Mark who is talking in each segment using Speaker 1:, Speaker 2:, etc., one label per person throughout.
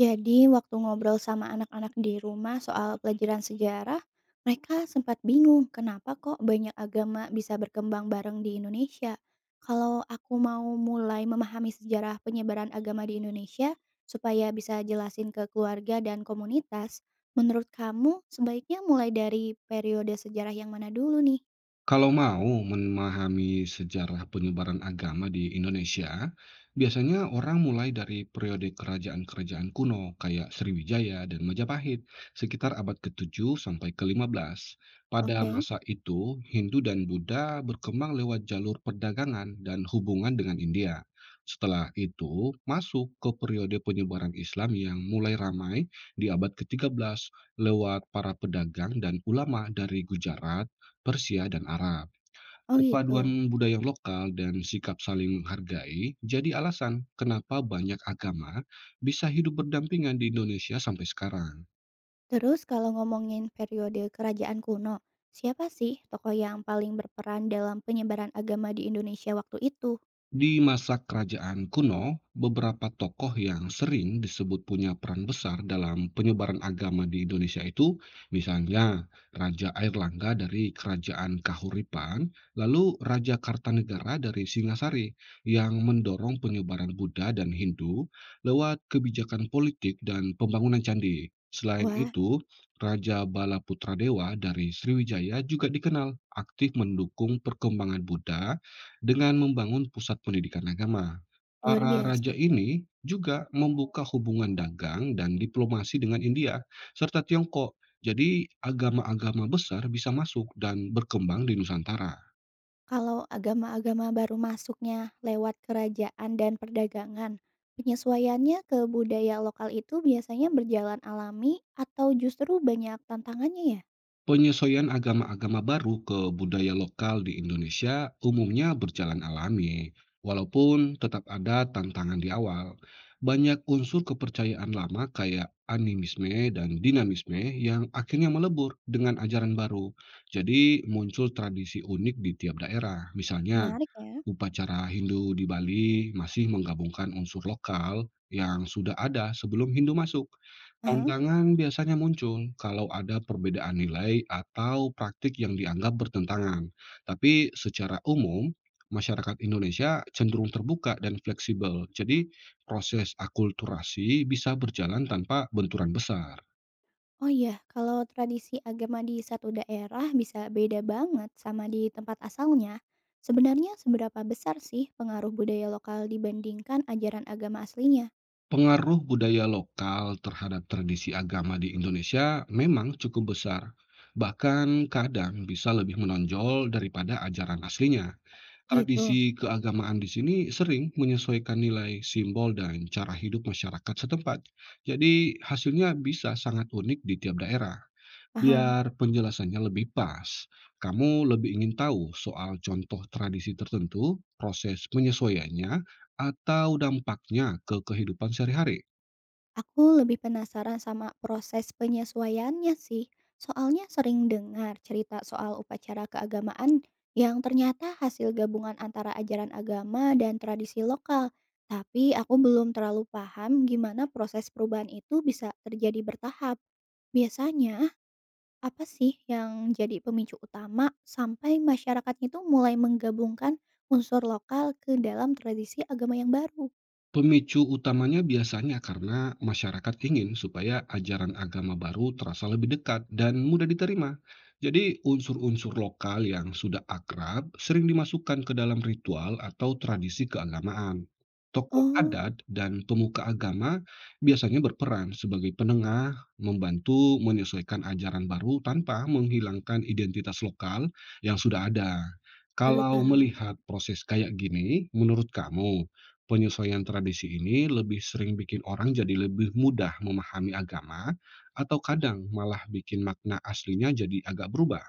Speaker 1: Jadi, waktu ngobrol sama anak-anak di rumah soal pelajaran sejarah, mereka sempat bingung kenapa kok banyak agama bisa berkembang bareng di Indonesia. Kalau aku mau mulai memahami sejarah penyebaran agama di Indonesia, supaya bisa jelasin ke keluarga dan komunitas, menurut kamu sebaiknya mulai dari periode sejarah yang mana dulu nih?
Speaker 2: Kalau mau memahami sejarah penyebaran agama di Indonesia, biasanya orang mulai dari periode kerajaan-kerajaan kuno kayak Sriwijaya dan Majapahit sekitar abad ke-7 sampai ke-15. Pada
Speaker 1: Oke,
Speaker 2: masa itu, Hindu dan Buddha berkembang lewat jalur perdagangan dan hubungan dengan India. Setelah itu, masuk ke periode penyebaran Islam yang mulai ramai di abad ke-13 lewat para pedagang dan ulama dari Gujarat, Persia, dan Arab.
Speaker 1: oh
Speaker 2: Perpaduan
Speaker 1: gitu.
Speaker 2: budaya lokal dan sikap saling menghargai jadi alasan kenapa banyak agama bisa hidup berdampingan di Indonesia sampai sekarang.
Speaker 1: Terus kalau ngomongin periode kerajaan kuno, siapa sih tokoh yang paling berperan dalam penyebaran agama di Indonesia waktu itu?
Speaker 2: Di masa kerajaan kuno, beberapa tokoh yang sering disebut punya peran besar dalam penyebaran agama di Indonesia itu, misalnya Raja Airlangga dari Kerajaan Kahuripan, lalu Raja Kartanegara dari Singasari, yang mendorong penyebaran Buddha dan Hindu lewat kebijakan politik dan pembangunan candi. Selain
Speaker 1: Wah,
Speaker 2: itu, Raja Balaputradewa dari Sriwijaya juga dikenal aktif mendukung perkembangan Buddha dengan membangun pusat pendidikan agama.
Speaker 1: luar
Speaker 2: Para raja
Speaker 1: biasa.
Speaker 2: ini juga membuka hubungan dagang dan diplomasi dengan India serta Tiongkok. Jadi agama-agama besar bisa masuk dan berkembang di Nusantara.
Speaker 1: Kalau agama-agama baru masuknya lewat kerajaan dan perdagangan, penyesuaiannya ke budaya lokal itu biasanya berjalan alami atau justru banyak tantangannya ya?
Speaker 2: Penyesuaian agama-agama baru ke budaya lokal di Indonesia umumnya berjalan alami, walaupun tetap ada tantangan di awal. Banyak unsur kepercayaan lama kayak animisme dan dinamisme yang akhirnya melebur dengan ajaran baru. Jadi muncul tradisi unik di tiap daerah. Misalnya,
Speaker 1: Menarik ya?
Speaker 2: upacara Hindu di Bali masih menggabungkan unsur lokal yang sudah ada sebelum Hindu masuk.
Speaker 1: Aha.
Speaker 2: Tantangan biasanya muncul kalau ada perbedaan nilai atau praktik yang dianggap bertentangan. Tapi secara umum, masyarakat Indonesia cenderung terbuka dan fleksibel. Jadi, proses akulturasi bisa berjalan tanpa benturan besar.
Speaker 1: Oh iya, kalau tradisi agama di satu daerah bisa beda banget sama di tempat asalnya. Sebenarnya seberapa besar sih pengaruh budaya lokal dibandingkan ajaran agama aslinya?
Speaker 2: Pengaruh budaya lokal terhadap tradisi agama di Indonesia memang cukup besar, bahkan kadang bisa lebih menonjol daripada ajaran aslinya.
Speaker 1: Gitu,
Speaker 2: Tradisi keagamaan di sini sering menyesuaikan nilai, simbol, dan cara hidup masyarakat setempat. Jadi, hasilnya bisa sangat unik di tiap daerah.
Speaker 1: paham.
Speaker 2: Biar penjelasannya lebih pas, kamu lebih ingin tahu soal contoh tradisi tertentu, proses penyesuaiannya, atau dampaknya ke kehidupan sehari-hari?
Speaker 1: Aku lebih penasaran sama proses penyesuaiannya sih. Soalnya sering dengar cerita soal upacara keagamaan yang ternyata hasil gabungan antara ajaran agama dan tradisi lokal. Tapi aku belum terlalu paham gimana proses perubahan itu bisa terjadi bertahap. Biasanya, apa sih yang jadi pemicu utama sampai masyarakatnya itu mulai menggabungkan unsur lokal ke dalam tradisi agama yang baru?
Speaker 2: Pemicu utamanya biasanya karena masyarakat ingin supaya ajaran agama baru terasa lebih dekat dan mudah diterima. Jadi, unsur-unsur lokal yang sudah akrab sering dimasukkan ke dalam ritual atau tradisi keagamaan. Tokoh
Speaker 1: Oh,
Speaker 2: adat dan pemuka agama biasanya berperan sebagai penengah, membantu menyesuaikan ajaran baru tanpa menghilangkan identitas lokal yang sudah ada.
Speaker 1: baru
Speaker 2: Kalau
Speaker 1: tahu.
Speaker 2: melihat proses kayak gini, menurut kamu, penyesuaian tradisi ini lebih sering bikin orang jadi lebih mudah memahami agama, atau kadang malah bikin makna aslinya jadi agak berubah?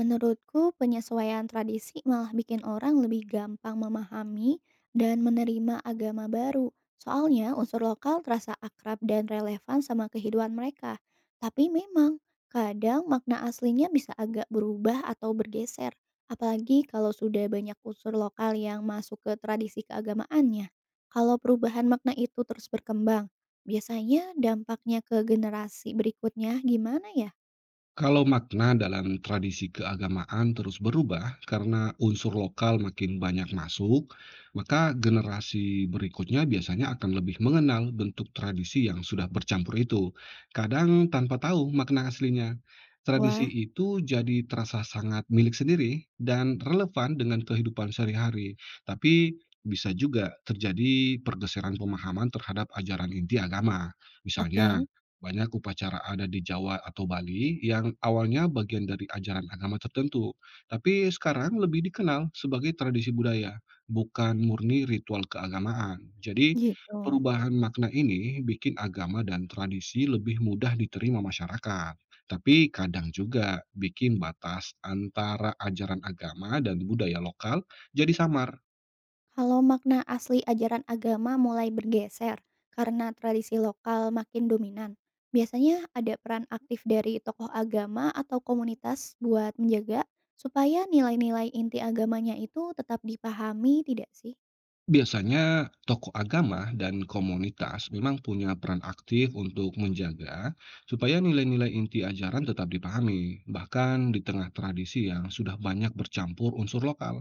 Speaker 1: Menurutku, penyesuaian tradisi malah bikin orang lebih gampang memahami dan menerima agama baru. Soalnya unsur lokal terasa akrab dan relevan sama kehidupan mereka. Tapi memang, kadang makna aslinya bisa agak berubah atau bergeser. Apalagi kalau sudah banyak unsur lokal yang masuk ke tradisi keagamaannya. Kalau perubahan makna itu terus berkembang, biasanya dampaknya ke generasi berikutnya gimana ya?
Speaker 2: Kalau makna dalam tradisi keagamaan terus berubah karena unsur lokal makin banyak masuk, maka generasi berikutnya biasanya akan lebih mengenal bentuk tradisi yang sudah bercampur itu. Kadang tanpa tahu makna aslinya,
Speaker 1: Wah,
Speaker 2: tradisi itu jadi terasa sangat milik sendiri dan relevan dengan kehidupan sehari-hari. Tapi bisa juga terjadi pergeseran pemahaman terhadap ajaran inti agama. Misalnya,
Speaker 1: oke,
Speaker 2: banyak upacara adat di Jawa atau Bali yang awalnya bagian dari ajaran agama tertentu, tapi sekarang lebih dikenal sebagai tradisi budaya, bukan murni ritual keagamaan. Jadi,
Speaker 1: gitu.
Speaker 2: perubahan makna ini bikin agama dan tradisi lebih mudah diterima masyarakat, tapi kadang juga bikin batas antara ajaran agama dan budaya lokal jadi samar.
Speaker 1: Kalau makna asli ajaran agama mulai bergeser karena tradisi lokal makin dominan, biasanya ada peran aktif dari tokoh agama atau komunitas buat menjaga supaya nilai-nilai inti agamanya itu tetap dipahami tidak sih?
Speaker 2: Biasanya tokoh agama dan komunitas memang punya peran aktif untuk menjaga supaya nilai-nilai inti ajaran tetap dipahami, bahkan di tengah tradisi yang sudah banyak bercampur unsur lokal.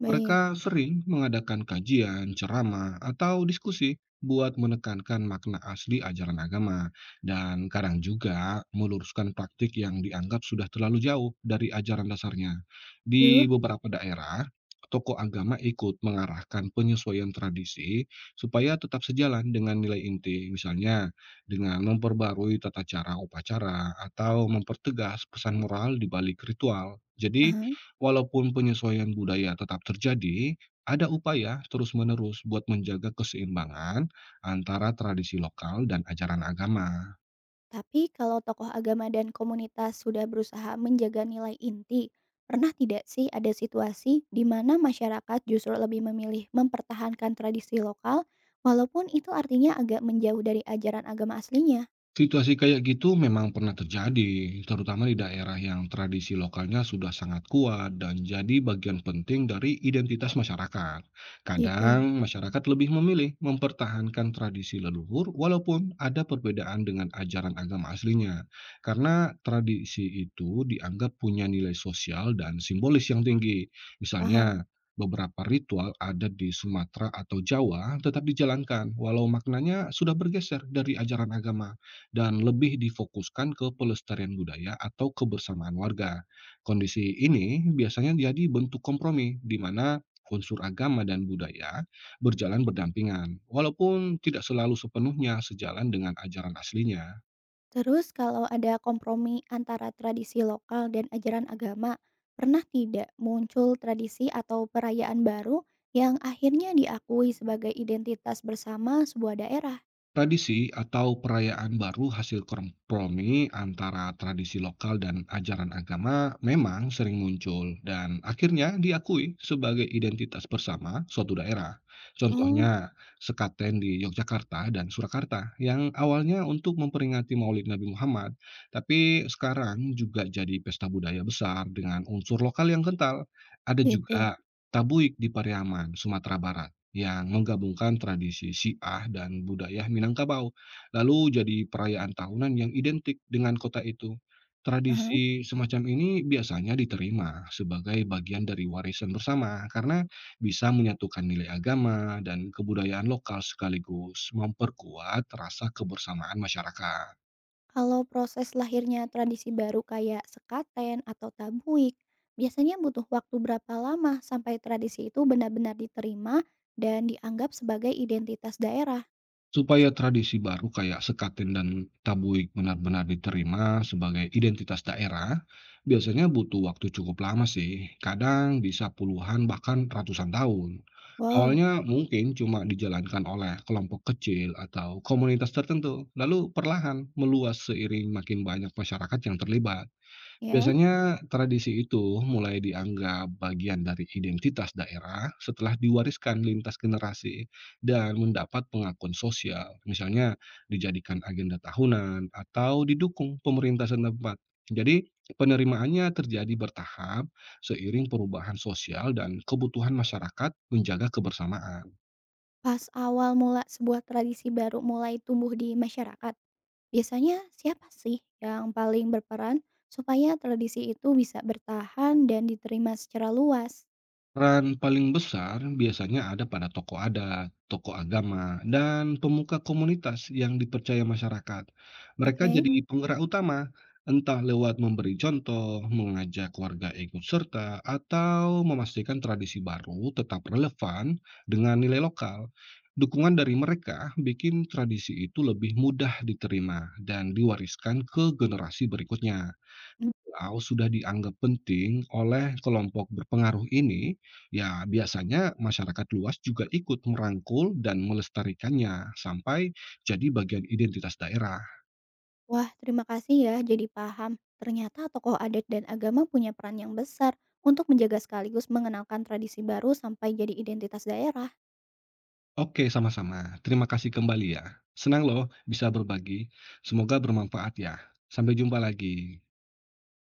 Speaker 1: Baik.
Speaker 2: Mereka sering mengadakan kajian, ceramah, atau diskusi buat menekankan makna asli ajaran agama, dan kadang juga meluruskan praktik yang dianggap sudah terlalu jauh dari ajaran dasarnya. Di
Speaker 1: Duh,
Speaker 2: beberapa daerah, tokoh agama ikut mengarahkan penyesuaian tradisi supaya tetap sejalan dengan nilai inti, misalnya dengan memperbarui tata cara upacara atau mempertegas pesan moral di balik ritual. Jadi,
Speaker 1: aha.
Speaker 2: walaupun penyesuaian budaya tetap terjadi, ada upaya terus-menerus buat menjaga keseimbangan antara tradisi lokal dan ajaran agama.
Speaker 1: Tapi kalau tokoh agama dan komunitas sudah berusaha menjaga nilai inti, pernah tidak sih ada situasi di mana masyarakat justru lebih memilih mempertahankan tradisi lokal walaupun itu artinya agak menjauh dari ajaran agama aslinya?
Speaker 2: Situasi kayak gitu memang pernah terjadi, terutama di daerah yang tradisi lokalnya sudah sangat kuat dan jadi bagian penting dari identitas masyarakat. Kadang
Speaker 1: Gitu,
Speaker 2: masyarakat lebih memilih mempertahankan tradisi leluhur walaupun ada perbedaan dengan ajaran agama aslinya, karena tradisi itu dianggap punya nilai sosial dan simbolis yang tinggi.
Speaker 1: paham.
Speaker 2: Misalnya, beberapa ritual adat di Sumatera atau Jawa tetap dijalankan, walau maknanya sudah bergeser dari ajaran agama dan lebih difokuskan ke pelestarian budaya atau kebersamaan warga. Kondisi ini biasanya jadi bentuk kompromi di mana unsur agama dan budaya berjalan berdampingan, walaupun tidak selalu sepenuhnya sejalan dengan ajaran aslinya.
Speaker 1: Terus kalau ada kompromi antara tradisi lokal dan ajaran agama, pernah tidak muncul tradisi atau perayaan baru yang akhirnya diakui sebagai identitas bersama sebuah daerah?
Speaker 2: Tradisi atau perayaan baru hasil kompromi antara tradisi lokal dan ajaran agama memang sering muncul dan akhirnya diakui sebagai identitas bersama suatu daerah.
Speaker 1: Oh,
Speaker 2: Contohnya, sekaten di Yogyakarta dan Surakarta yang awalnya untuk memperingati Maulid Nabi Muhammad, tapi sekarang juga jadi pesta budaya besar dengan unsur lokal yang kental. Ada
Speaker 1: gitu.
Speaker 2: juga Tabuik di Pariaman, Sumatera Barat, yang menggabungkan tradisi Syiah dan budaya Minangkabau, lalu jadi perayaan tahunan yang identik dengan kota itu.
Speaker 1: Aha.
Speaker 2: Tradisi semacam ini biasanya diterima sebagai bagian dari warisan bersama karena bisa menyatukan nilai agama dan kebudayaan lokal sekaligus memperkuat rasa kebersamaan masyarakat.
Speaker 1: Kalau proses lahirnya tradisi baru kayak sekaten atau tabuik, biasanya butuh waktu berapa lama sampai tradisi itu benar-benar diterima dan dianggap sebagai identitas daerah?
Speaker 2: Supaya tradisi baru kayak sekaten dan tabuik benar-benar diterima sebagai identitas daerah, biasanya butuh waktu cukup lama sih, kadang bisa puluhan bahkan ratusan tahun.
Speaker 1: Wow,
Speaker 2: Awalnya mungkin cuma dijalankan oleh kelompok kecil atau komunitas tertentu, lalu perlahan meluas seiring makin banyak masyarakat yang terlibat.
Speaker 1: ya.
Speaker 2: Biasanya tradisi itu mulai dianggap bagian dari identitas daerah setelah diwariskan lintas generasi dan mendapat pengakuan sosial, misalnya dijadikan agenda tahunan atau didukung pemerintah setempat. Jadi, penerimaannya terjadi bertahap seiring perubahan sosial dan kebutuhan masyarakat menjaga kebersamaan.
Speaker 1: Pas awal mula sebuah tradisi baru mulai tumbuh di masyarakat, biasanya siapa sih yang paling berperan supaya tradisi itu bisa bertahan dan diterima secara luas?
Speaker 2: Peran paling besar biasanya ada pada tokoh adat, tokoh agama, dan pemuka komunitas yang dipercaya masyarakat. Mereka
Speaker 1: Oke.
Speaker 2: jadi penggerak utama, entah lewat memberi contoh, mengajak warga ikut serta, atau memastikan tradisi baru tetap relevan dengan nilai lokal. Dukungan dari mereka bikin tradisi itu lebih mudah diterima dan diwariskan ke generasi berikutnya. Kalau sudah dianggap penting oleh kelompok berpengaruh ini, ya biasanya masyarakat luas juga ikut merangkul dan melestarikannya sampai jadi bagian identitas daerah.
Speaker 1: Wah, terima kasih ya, jadi paham. Ternyata tokoh adat dan agama punya peran yang besar untuk menjaga sekaligus mengenalkan tradisi baru sampai jadi identitas daerah.
Speaker 2: Oke, sama-sama. Terima kasih kembali ya. Senang loh bisa berbagi. Semoga bermanfaat ya. Sampai jumpa lagi.